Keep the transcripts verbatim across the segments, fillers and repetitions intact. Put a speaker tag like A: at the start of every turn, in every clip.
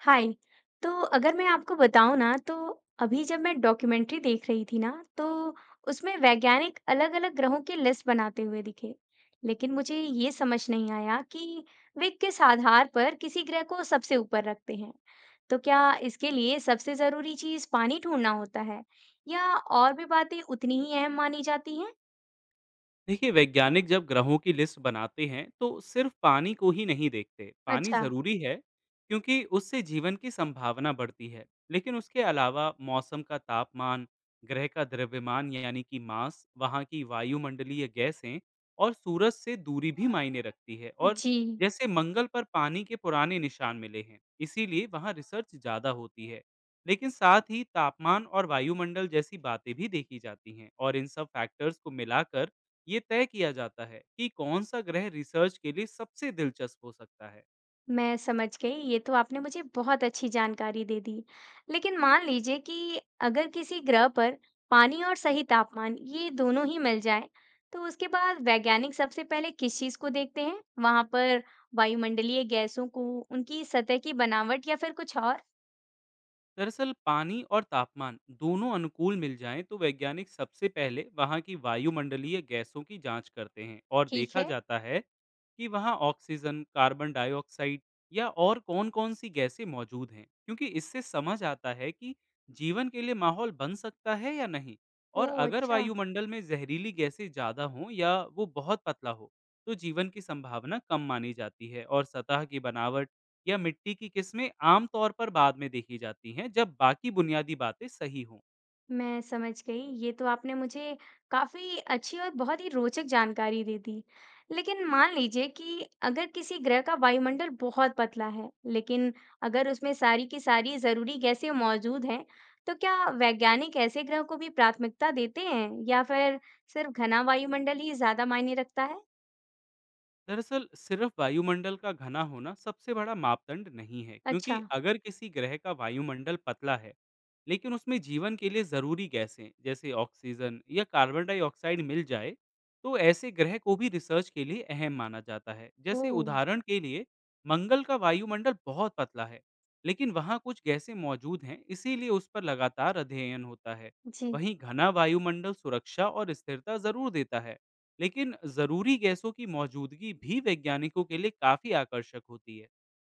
A: हाय। तो अगर मैं आपको बताऊं ना, तो अभी जब मैं डॉक्यूमेंट्री देख रही थी ना, तो उसमें वैज्ञानिक अलग अलग ग्रहों की लिस्ट बनाते हुए दिखे। लेकिन मुझे ये समझ नहीं आया कि वे किस आधार पर किसी ग्रह को सबसे ऊपर रखते हैं। तो क्या इसके लिए सबसे जरूरी चीज पानी ढूंढना होता है, या और भी बातें उतनी ही अहम मानी जाती हैं?
B: देखिए वैज्ञानिक जब ग्रहों की लिस्ट बनाते हैं तो सिर्फ पानी को ही नहीं देखते। पानी
A: अच्छा।
B: ज़रूरी है क्योंकि उससे जीवन की संभावना बढ़ती है। लेकिन उसके अलावा मौसम का तापमान, ग्रह का द्रव्यमान यानी कि मास, वहाँ की वायुमंडलीय गैसें और सूरज से दूरी भी मायने रखती है। और
A: जी।
B: जैसे मंगल पर पानी के पुराने निशान मिले हैं, इसीलिए वहाँ रिसर्च ज़्यादा होती है। लेकिन साथ ही तापमान और वायुमंडल जैसी बातें भी देखी जाती हैं, और इन सब फैक्टर्स को मिलाकर ये तय किया जाता है कि कौन सा ग्रह रिसर्च के लिए सबसे दिलचस्प हो सकता है।
A: मैं समझ गई, ये तो आपने मुझे बहुत अच्छी जानकारी दे दी। लेकिन मान लीजिए कि अगर किसी ग्रह पर पानी और सही तापमान ये दोनों ही मिल जाए, तो उसके बाद वैज्ञानिक सबसे पहले किस चीज को देखते हैं वहां पर? वायुमंडलीय गैसों को, उनकी सतह की बनावट, या फिर कुछ और?
B: दरअसल पानी और तापमान दोनों अनुकूल मिल जाएं तो वैज्ञानिक सबसे पहले वहां की वायुमंडलीय गैसों की जांच करते हैं, और
A: ठीक
B: देखा
A: है।
B: जाता है कि वहां ऑक्सीजन, कार्बन डाइऑक्साइड या और कौन कौन सी गैसें मौजूद हैं, क्योंकि इससे समझ आता है कि जीवन के लिए माहौल बन सकता है या नहीं।
A: ओ
B: और अगर
A: अच्छा।
B: वायुमंडल में जहरीली गैसें ज़्यादा हों या वो बहुत पतला हो तो जीवन की संभावना कम मानी जाती है। और सतह की बनावट या मिट्टी की किस्में आमतौर पर बाद में देखी जाती हैं, जब बाकी बुनियादी बातें सही हों।
A: मैं समझ गई। ये तो आपने मुझे काफ़ी अच्छी और बहुत ही रोचक जानकारी दे दी। लेकिन मान लीजिए कि अगर किसी ग्रह का वायुमंडल बहुत पतला है, लेकिन अगर उसमें सारी की सारी ज़रूरी गैसें मौजूद हैं, तो क्या वैज्ञानिक ऐसे ग्रह को भी प्राथमिकता देते हैं, या फिर सिर्फ घना वायुमंडल ही ज़्यादा मायने रखता है?
B: दरअसल सिर्फ वायुमंडल का घना होना सबसे बड़ा मापदंड नहीं है, क्योंकि
A: अच्छा।
B: अगर किसी ग्रह का वायुमंडल पतला है लेकिन उसमें जीवन के लिए ज़रूरी गैसें जैसे ऑक्सीजन या कार्बन डाइऑक्साइड मिल जाए, तो ऐसे ग्रह को भी रिसर्च के लिए अहम माना जाता है। जैसे
A: ओह!
B: उदाहरण के लिए मंगल का वायुमंडल बहुत पतला है, लेकिन वहाँ कुछ गैसें मौजूद हैं, इसीलिए उस पर लगातार अध्ययन होता है।
A: जी।
B: वहीं घना वायुमंडल सुरक्षा और स्थिरता ज़रूर देता है, लेकिन ज़रूरी गैसों की मौजूदगी भी वैज्ञानिकों के लिए काफ़ी आकर्षक होती है।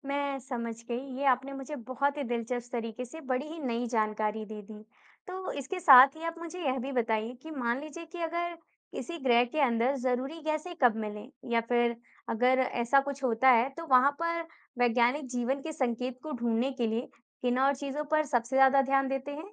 A: मैं समझ गई, ये आपने मुझे बहुत ही दिलचस्प तरीके से बड़ी ही नई जानकारी दे दी। तो इसके साथ ही आप मुझे यह भी बताइए कि मान लीजिए कि अगर किसी ग्रह के अंदर जरूरी गैसें कब मिलें, या फिर अगर ऐसा कुछ होता है तो वहां पर वैज्ञानिक जीवन के संकेत को ढूंढने के लिए किन और चीजों पर सबसे ज्यादा ध्यान देते हैं?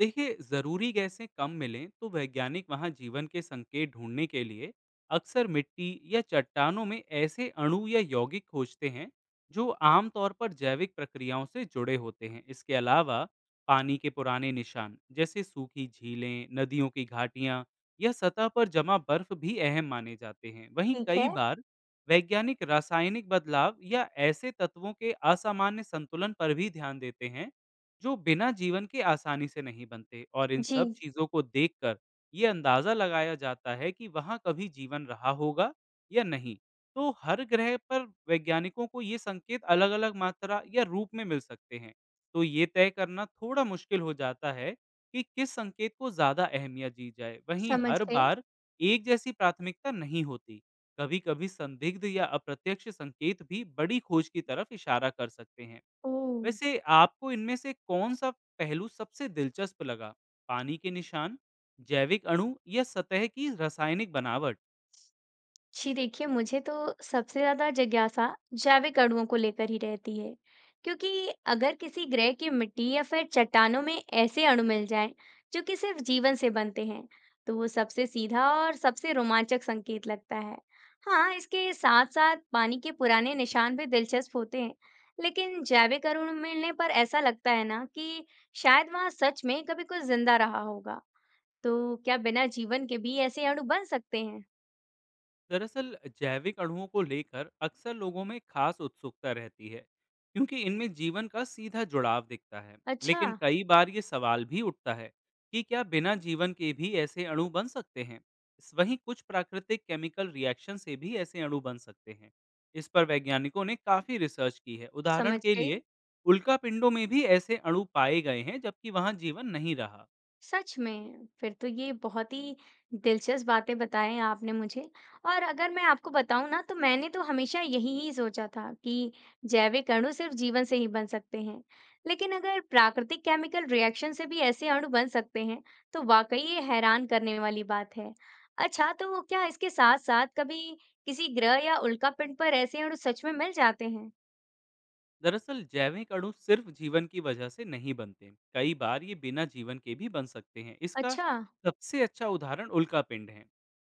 B: देखिए जरूरी गैसें कम मिलें तो वैज्ञानिक वहां जीवन के संकेत ढूंढने के लिए अक्सर मिट्टी या चट्टानों में ऐसे अणु या यौगिक खोजते हैं जो आमतौर पर जैविक प्रक्रियाओं से जुड़े होते हैं। इसके अलावा पानी के पुराने निशान जैसे सूखी झीलें, नदियों की घाटियां या सतह पर जमा बर्फ भी अहम माने जाते हैं। वहीं
A: ठीक
B: कई
A: है।
B: बार वैज्ञानिक रासायनिक बदलाव या ऐसे तत्वों के असामान्य संतुलन पर भी ध्यान देते हैं जो बिना जीवन के आसानी से नहीं बनते। और इन
A: जी।
B: सब चीज़ों को देखकर ये अंदाज़ा लगाया जाता है कि वहाँ कभी जीवन रहा होगा या नहीं। तो हर ग्रह पर वैज्ञानिकों को ये संकेत अलग-अलग मात्रा या रूप में मिल सकते हैं। तो ये तय करना थोड़ा मुश्किल हो जाता है कि किस संकेत को ज़्यादा अहमियत दी जाए। वहीं
A: समझ
B: हर
A: गई।
B: बार एक जैसी प्राथमिकता नहीं होती। कभी-कभी संदिग्ध या अप्रत्यक्ष संकेत भी बड़ी खोज की तरफ इशारा कर सकते हैं।
A: ओ।
B: वैसे आपको इनमें से कौन-सा पहलू सबसे दिलचस्प लगा? पानी के निशान, जैविक अणु या सतह की रासायनिक बनावट?
A: जी देखिए, मुझे तो सबसे ज्यादा जिज्ञासा जैविक अणुओं को लेकर ही रहती है, क्योंकि अगर किसी ग्रह की मिट्टी या फिर चट्टानों में ऐसे अणु मिल जाएं जो कि सिर्फ जीवन से बनते हैं, तो वो सबसे सीधा और सबसे रोमांचक संकेत लगता है। हाँ, इसके साथ साथ पानी के पुराने निशान भी दिलचस्प होते हैं, लेकिन जैविक अणु मिलने पर ऐसा लगता है ना कि शायद वहां सच में कभी कुछ जिंदा रहा होगा। तो क्या बिना जीवन के भी ऐसे अणु बन सकते हैं?
B: दरअसल जैविक अणुओं को लेकर अक्सर लोगों में खास उत्सुकता रहती है, क्योंकि इनमें जीवन का सीधा जुड़ाव दिखता है।
A: अच्छा।
B: लेकिन कई बार ये सवाल भी उठता है कि क्या बिना जीवन के भी ऐसे अणु बन सकते हैं। इस- वहीं कुछ प्राकृतिक केमिकल रिएक्शन से भी ऐसे अणु बन सकते हैं। इस पर वैज्ञानिकों ने काफी रिसर्च की है। उदाहरण
A: समझ
B: के
A: गई।
B: लिए उल्का पिंडों में भी ऐसे अणु पाए गए हैं, जबकि वहां जीवन नहीं रहा।
A: सच में! फिर तो ये बहुत ही दिलचस्प बातें बताएँ आपने मुझे। और अगर मैं आपको बताऊँ ना, तो मैंने तो हमेशा यही ही सोचा था कि जैविक अणु सिर्फ़ जीवन से ही बन सकते हैं। लेकिन अगर प्राकृतिक केमिकल रिएक्शन से भी ऐसे अणु बन सकते हैं, तो वाक़ई ये हैरान करने वाली बात है। अच्छा, तो क्या इसके साथ-साथ कभी किसी ग्रह या उल्कापिंड पर ऐसे अणु सच में मिल जाते हैं?
B: दरअसल जैविक अणु सिर्फ जीवन की वजह से नहीं बनते, कई बार ये बिना जीवन के भी बन सकते हैं। इसका
A: अच्छा।
B: सबसे अच्छा उदाहरण उल्का पिंड है,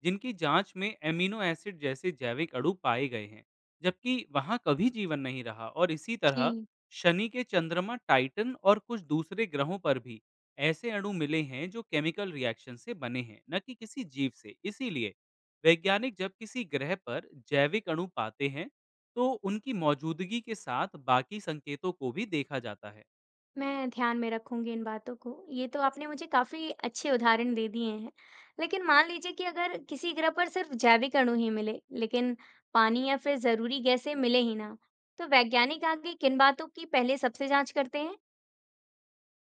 B: जिनकी जांच में एमिनो एसिड जैसे जैविक अणु पाए गए हैं, जबकि वहां कभी जीवन नहीं रहा। और इसी तरह
A: जी।
B: शनि के चंद्रमा टाइटन और कुछ दूसरे ग्रहों पर भी ऐसे अणु मिले हैं जो केमिकल रिएक्शन से बने हैं, न कि किसी जीव से। इसीलिए वैज्ञानिक जब किसी ग्रह पर जैविक अणु पाते हैं तो उनकी मौजूदगी के साथ बाकी संकेतों को भी देखा जाता है।
A: मैं ध्यान में रखूंगी इन बातों को। ये तो आपने मुझे काफी अच्छे उदाहरण दे दिए हैं। लेकिन मान लीजिए कि अगर किसी ग्रह पर सिर्फ जैविक अणु ही मिले, लेकिन पानी या फिर जरूरी गैसें मिले ही ना, तो वैज्ञानिक आगे किन बातों की पहले सबसे जांच करते हैं?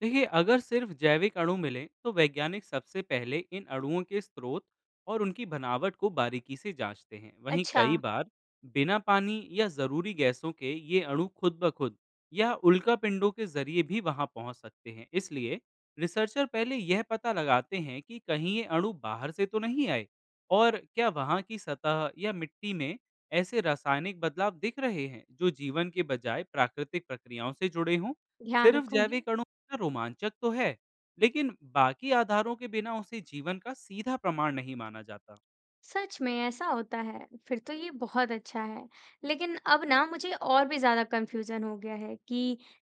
B: देखिए अगर सिर्फ जैविक अणु मिले तो वैज्ञानिक सबसे पहले इन अणुओं के स्रोत और उनकी बनावट को बारीकी से जांचते हैं। वहीं
A: अच्छा।
B: कई बार बिना पानी या जरूरी गैसों के ये अणु खुद ब खुद या उल्कापिंडों के जरिए भी वहां पहुंच सकते हैं, इसलिए रिसर्चर पहले यह पता लगाते हैं कि कहीं ये अणु बाहर से तो नहीं आए। और क्या वहां की सतह या मिट्टी में ऐसे रासायनिक बदलाव दिख रहे हैं जो जीवन के बजाय प्राकृतिक प्रक्रियाओं से जुड़े हों।
A: ध्यान
B: सिर्फ
A: रखूंगी।
B: जैविक अणु कितना रोमांचक तो है, लेकिन बाकी आधारों के बिना उसे जीवन का सीधा प्रमाण नहीं माना जाता।
A: सच में ऐसा होता है? फिर तो ये बहुत अच्छा है। लेकिन अब ना मुझे और भी ज्यादा कंफ्यूजन हो गया है कि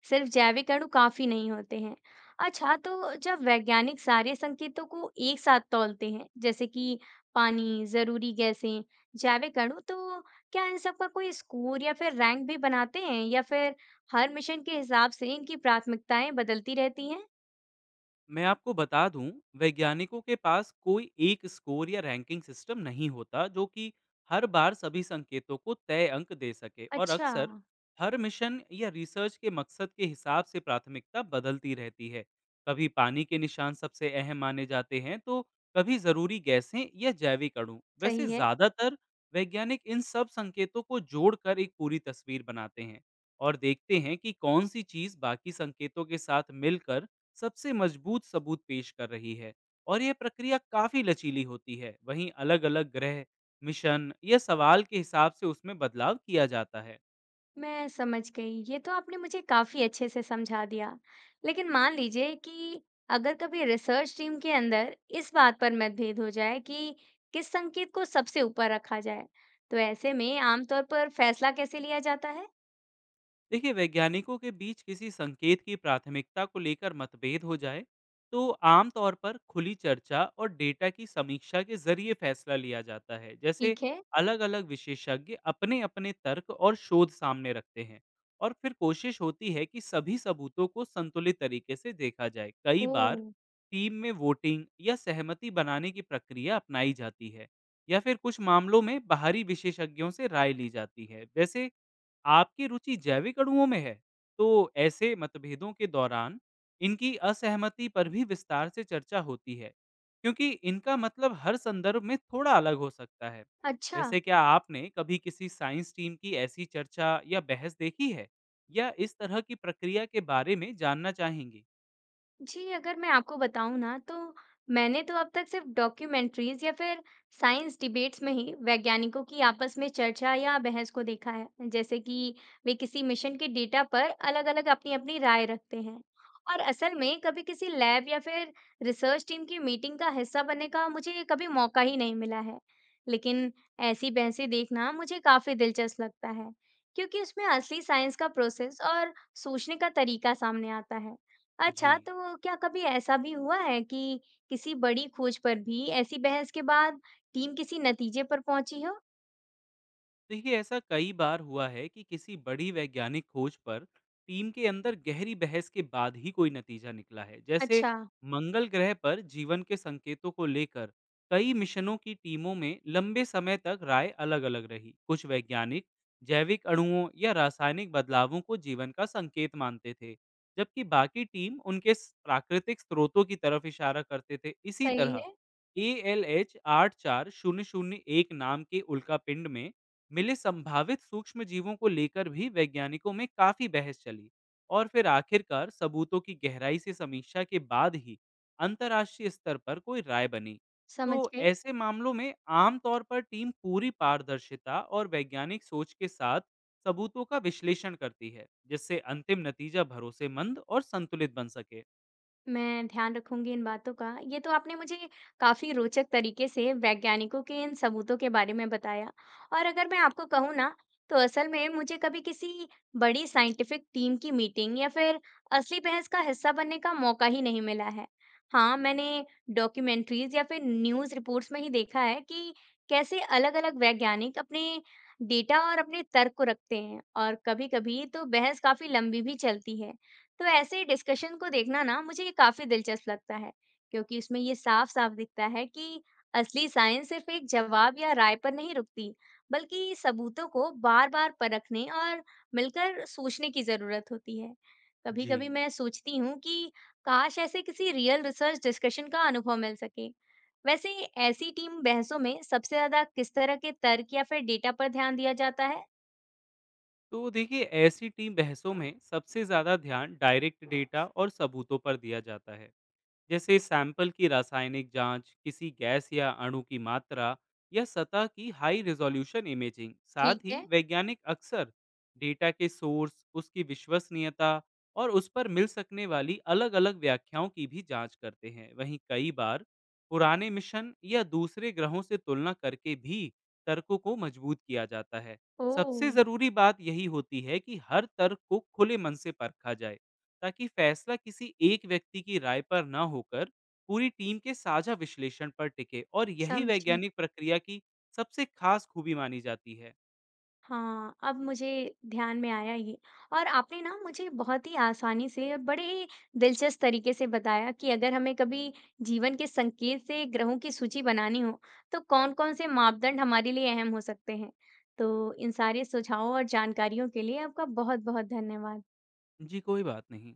A: सिर्फ जैविक अणु काफी नहीं होते हैं। अच्छा, तो जब वैज्ञानिक सारे संकेतों को एक साथ तौलते हैं, जैसे कि पानी, जरूरी गैसें, जैविक अणु, तो क्या इन सब का कोई स्कोर या फिर रैंक भी बनाते हैं, या फिर हर मिशन के हिसाब से इनकी प्राथमिकताएं बदलती रहती हैं?
B: मैं आपको बता दूं, वैज्ञानिकों के पास कोई एक स्कोर या रैंकिंग सिस्टम नहीं होता जो कि हर बार सभी संकेतों को तय अंक दे सके। और
A: अच्छा।
B: अक्सर हर मिशन या रिसर्च के मकसद के हिसाब से प्राथमिकता बदलती रहती है। कभी पानी के निशान सबसे अहम माने जाते हैं, तो कभी जरूरी गैसें या जैविक अणु। वैसे
A: सही है।
B: ज्यादातर वैज्ञानिक इन सब संकेतों को जोड़कर एक पूरी तस्वीर बनाते हैं और देखते हैं कि कौन सी चीज बाकी संकेतों के साथ मिलकर सबसे मजबूत सबूत पेश कर रही है। और यह प्रक्रिया काफ़ी लचीली होती है। वहीं अलग-अलग ग्रह, मिशन या सवाल के हिसाब से उसमें बदलाव किया जाता है।
A: मैं समझ गई, ये तो आपने मुझे काफी अच्छे से समझा दिया। लेकिन मान लीजिए कि अगर कभी रिसर्च टीम के अंदर इस बात पर मतभेद हो जाए कि किस संकेत को सबसे ऊपर रखा जाए, तो ऐसे में आमतौर पर फैसला कैसे लिया जाता है?
B: देखिए वैज्ञानिकों के बीच किसी संकेत की प्राथमिकता को लेकर मतभेद हो जाए, तो आमतौर पर खुली चर्चा और डेटा की समीक्षा के जरिए फैसला लिया जाता है। जैसे
A: ठीक है।
B: अलग अलग विशेषज्ञ अपने अपने तर्क और शोध सामने रखते हैं, और फिर कोशिश होती है कि सभी सबूतों को संतुलित तरीके से देखा जाए। कई
A: ओ।
B: बार टीम में वोटिंग या सहमति बनाने की प्रक्रिया अपनाई जाती है, या फिर कुछ मामलों में बाहरी विशेषज्ञों से राय ली जाती है। वैसे आपकी रुचि जैविक अणुओं में है, तो ऐसे मतभेदों के दौरान इनकी असहमति पर भी विस्तार से चर्चा होती है, क्योंकि इनका मतलब हर संदर्भ में थोड़ा अलग हो सकता है।
A: अच्छा।
B: वैसे क्या आपने कभी किसी साइंस टीम की ऐसी चर्चा या बहस देखी है, या इस तरह की प्रक्रिया के बारे में जानना चाहेंगी?
A: जी, अगर मैं आपको बताऊँ ना, तो मैंने तो अब तक सिर्फ़ डॉक्यूमेंट्रीज़ या फिर साइंस डिबेट्स में ही वैज्ञानिकों की आपस में चर्चा या बहस को देखा है। जैसे कि वे किसी मिशन के डेटा पर अलग-अलग अपनी-अपनी राय रखते हैं। और असल में कभी किसी लैब या फिर रिसर्च टीम की मीटिंग का हिस्सा बनने का मुझे कभी मौका ही नहीं मिला है। लेकिन ऐसी बहसें देखना मुझे काफ़ी दिलचस्प लगता है, क्योंकि उसमें असली साइंस का प्रोसेस और सोचने का तरीका सामने आता है।
B: जी,
A: अच्छा, तो क्या कभी ऐसा भी हुआ है कि किसी बड़ी खोज पर भी ऐसी बहस के बाद टीम किसी नतीजे पर पहुंची हो?
B: देखिए ऐसा कई बार हुआ है कि किसी बड़ी वैज्ञानिक खोज पर टीम के अंदर गहरी बहस के बाद ही कोई नतीजा निकला है। जैसे
A: अच्छा।
B: मंगल ग्रह पर जीवन के संकेतों को लेकर कई मिशनों की टीमों में लंबे समय तक राय अलग अलग रही। कुछ वैज्ञानिक जैविक अणुओं या रासायनिक बदलावों को जीवन का संकेत मानते थे, जबकि बाकी टीम उनके स- प्राकृतिक स्रोतों की तरफ इशारा करते थे। इसी
A: सही
B: तरह
A: है।
B: ए एल एच आठ चार शून्य शून्य एक नाम के उल्का पिंड में मिले संभावित सूक्ष्म जीवों को लेकर भी वैज्ञानिकों में काफी बहस चली, और फिर आखिरकार सबूतों की गहराई से समीक्षा के बाद ही अंतर्राष्ट्रीय स्तर पर कोई राय बनी। तो
A: समझ गई।
B: ऐसे मामलों में आमतौर पर टीम पूरी पारदर्शिता और वैज्ञानिक सोच के साथ सबूतों का विश्लेषण करती है, जिससे अंतिम नतीजा भरोसेमंद और संतुलित बन सके।
A: मैं ध्यान रखूंगी इन बातों का। ये तो आपने मुझे काफी रोचक तरीके से वैज्ञानिकों के इन सबूतों के बारे में बताया। और अगर मैं आपको कहूँ ना, तो असल में मुझे कभी किसी बड़ी साइंटिफिक टीम की मीटिंग या फिर असली बहस का हिस्सा बनने का मौका ही नहीं मिला है। हाँ, मैंने डॉक्यूमेंट्रीज या फिर न्यूज़ रिपोर्ट्स में ही देखा है कि कैसे अलग-अलग वैज्ञानिक अपने डेटा और अपने तर्क को रखते हैं, और कभी-कभी तो बहस काफी लंबी भी चलती है। तो ऐसे डिस्कशन को देखना ना मुझे ये काफी दिलचस्प लगता है, क्योंकि इसमें ये साफ साफ दिखता है कि असली साइंस सिर्फ एक जवाब या राय पर नहीं रुकती, बल्कि सबूतों को बार बार परखने और मिलकर सोचने की जरूरत होती है। कभी कभी
B: जी,
A: मैं सोचती हूँ कि काश ऐसे किसी रियल रिसर्च डिस्कशन का अनुभव मिल सके। वैसे, ऐसी टीम बहसों में सबसे ज्यादा किस तरह के तर्क या फिर डेटा पर ध्यान दिया जाता है?
B: तो देखिए ऐसी टीम बहसों में सबसे ज्यादा ध्यान डायरेक्ट डेटा और सबूतों पर दिया जाता है, जैसे सैंपल की रासायनिक जांच, किसी गैस या अणु की मात्रा या सतह की हाई रिजोल्यूशन इमेजिंग। साथ
A: ठीक
B: ही
A: है।
B: वैज्ञानिक अक्सर डेटा के सोर्स, उसकी विश्वसनीयता और उस पर मिल सकने वाली अलग-अलग व्याख्याओं की भी जांच करते हैं। वहीं कई बार पुराने मिशन या दूसरे ग्रहों से तुलना करके भी तर्कों को मजबूत किया जाता है।
A: ओह।
B: सबसे जरूरी बात यही होती है कि हर तर्क को खुले मन से परखा जाए, ताकि फैसला किसी एक व्यक्ति की राय पर न होकर पूरी टीम के साझा विश्लेषण पर टिके। और यही
A: समझी।
B: वैज्ञानिक प्रक्रिया की सबसे खास खूबी मानी जाती है।
A: हाँ, अब मुझे ध्यान में आया ये। और आपने ना मुझे बहुत ही आसानी से और बड़े ही दिलचस्प तरीके से बताया कि अगर हमें कभी जीवन के संकेत से ग्रहों की सूची बनानी हो, तो कौन-कौन से मापदंड हमारे लिए अहम हो सकते हैं। तो इन सारे सुझावों और जानकारियों के लिए आपका बहुत-बहुत धन्यवाद।
B: जी कोई बात नहीं।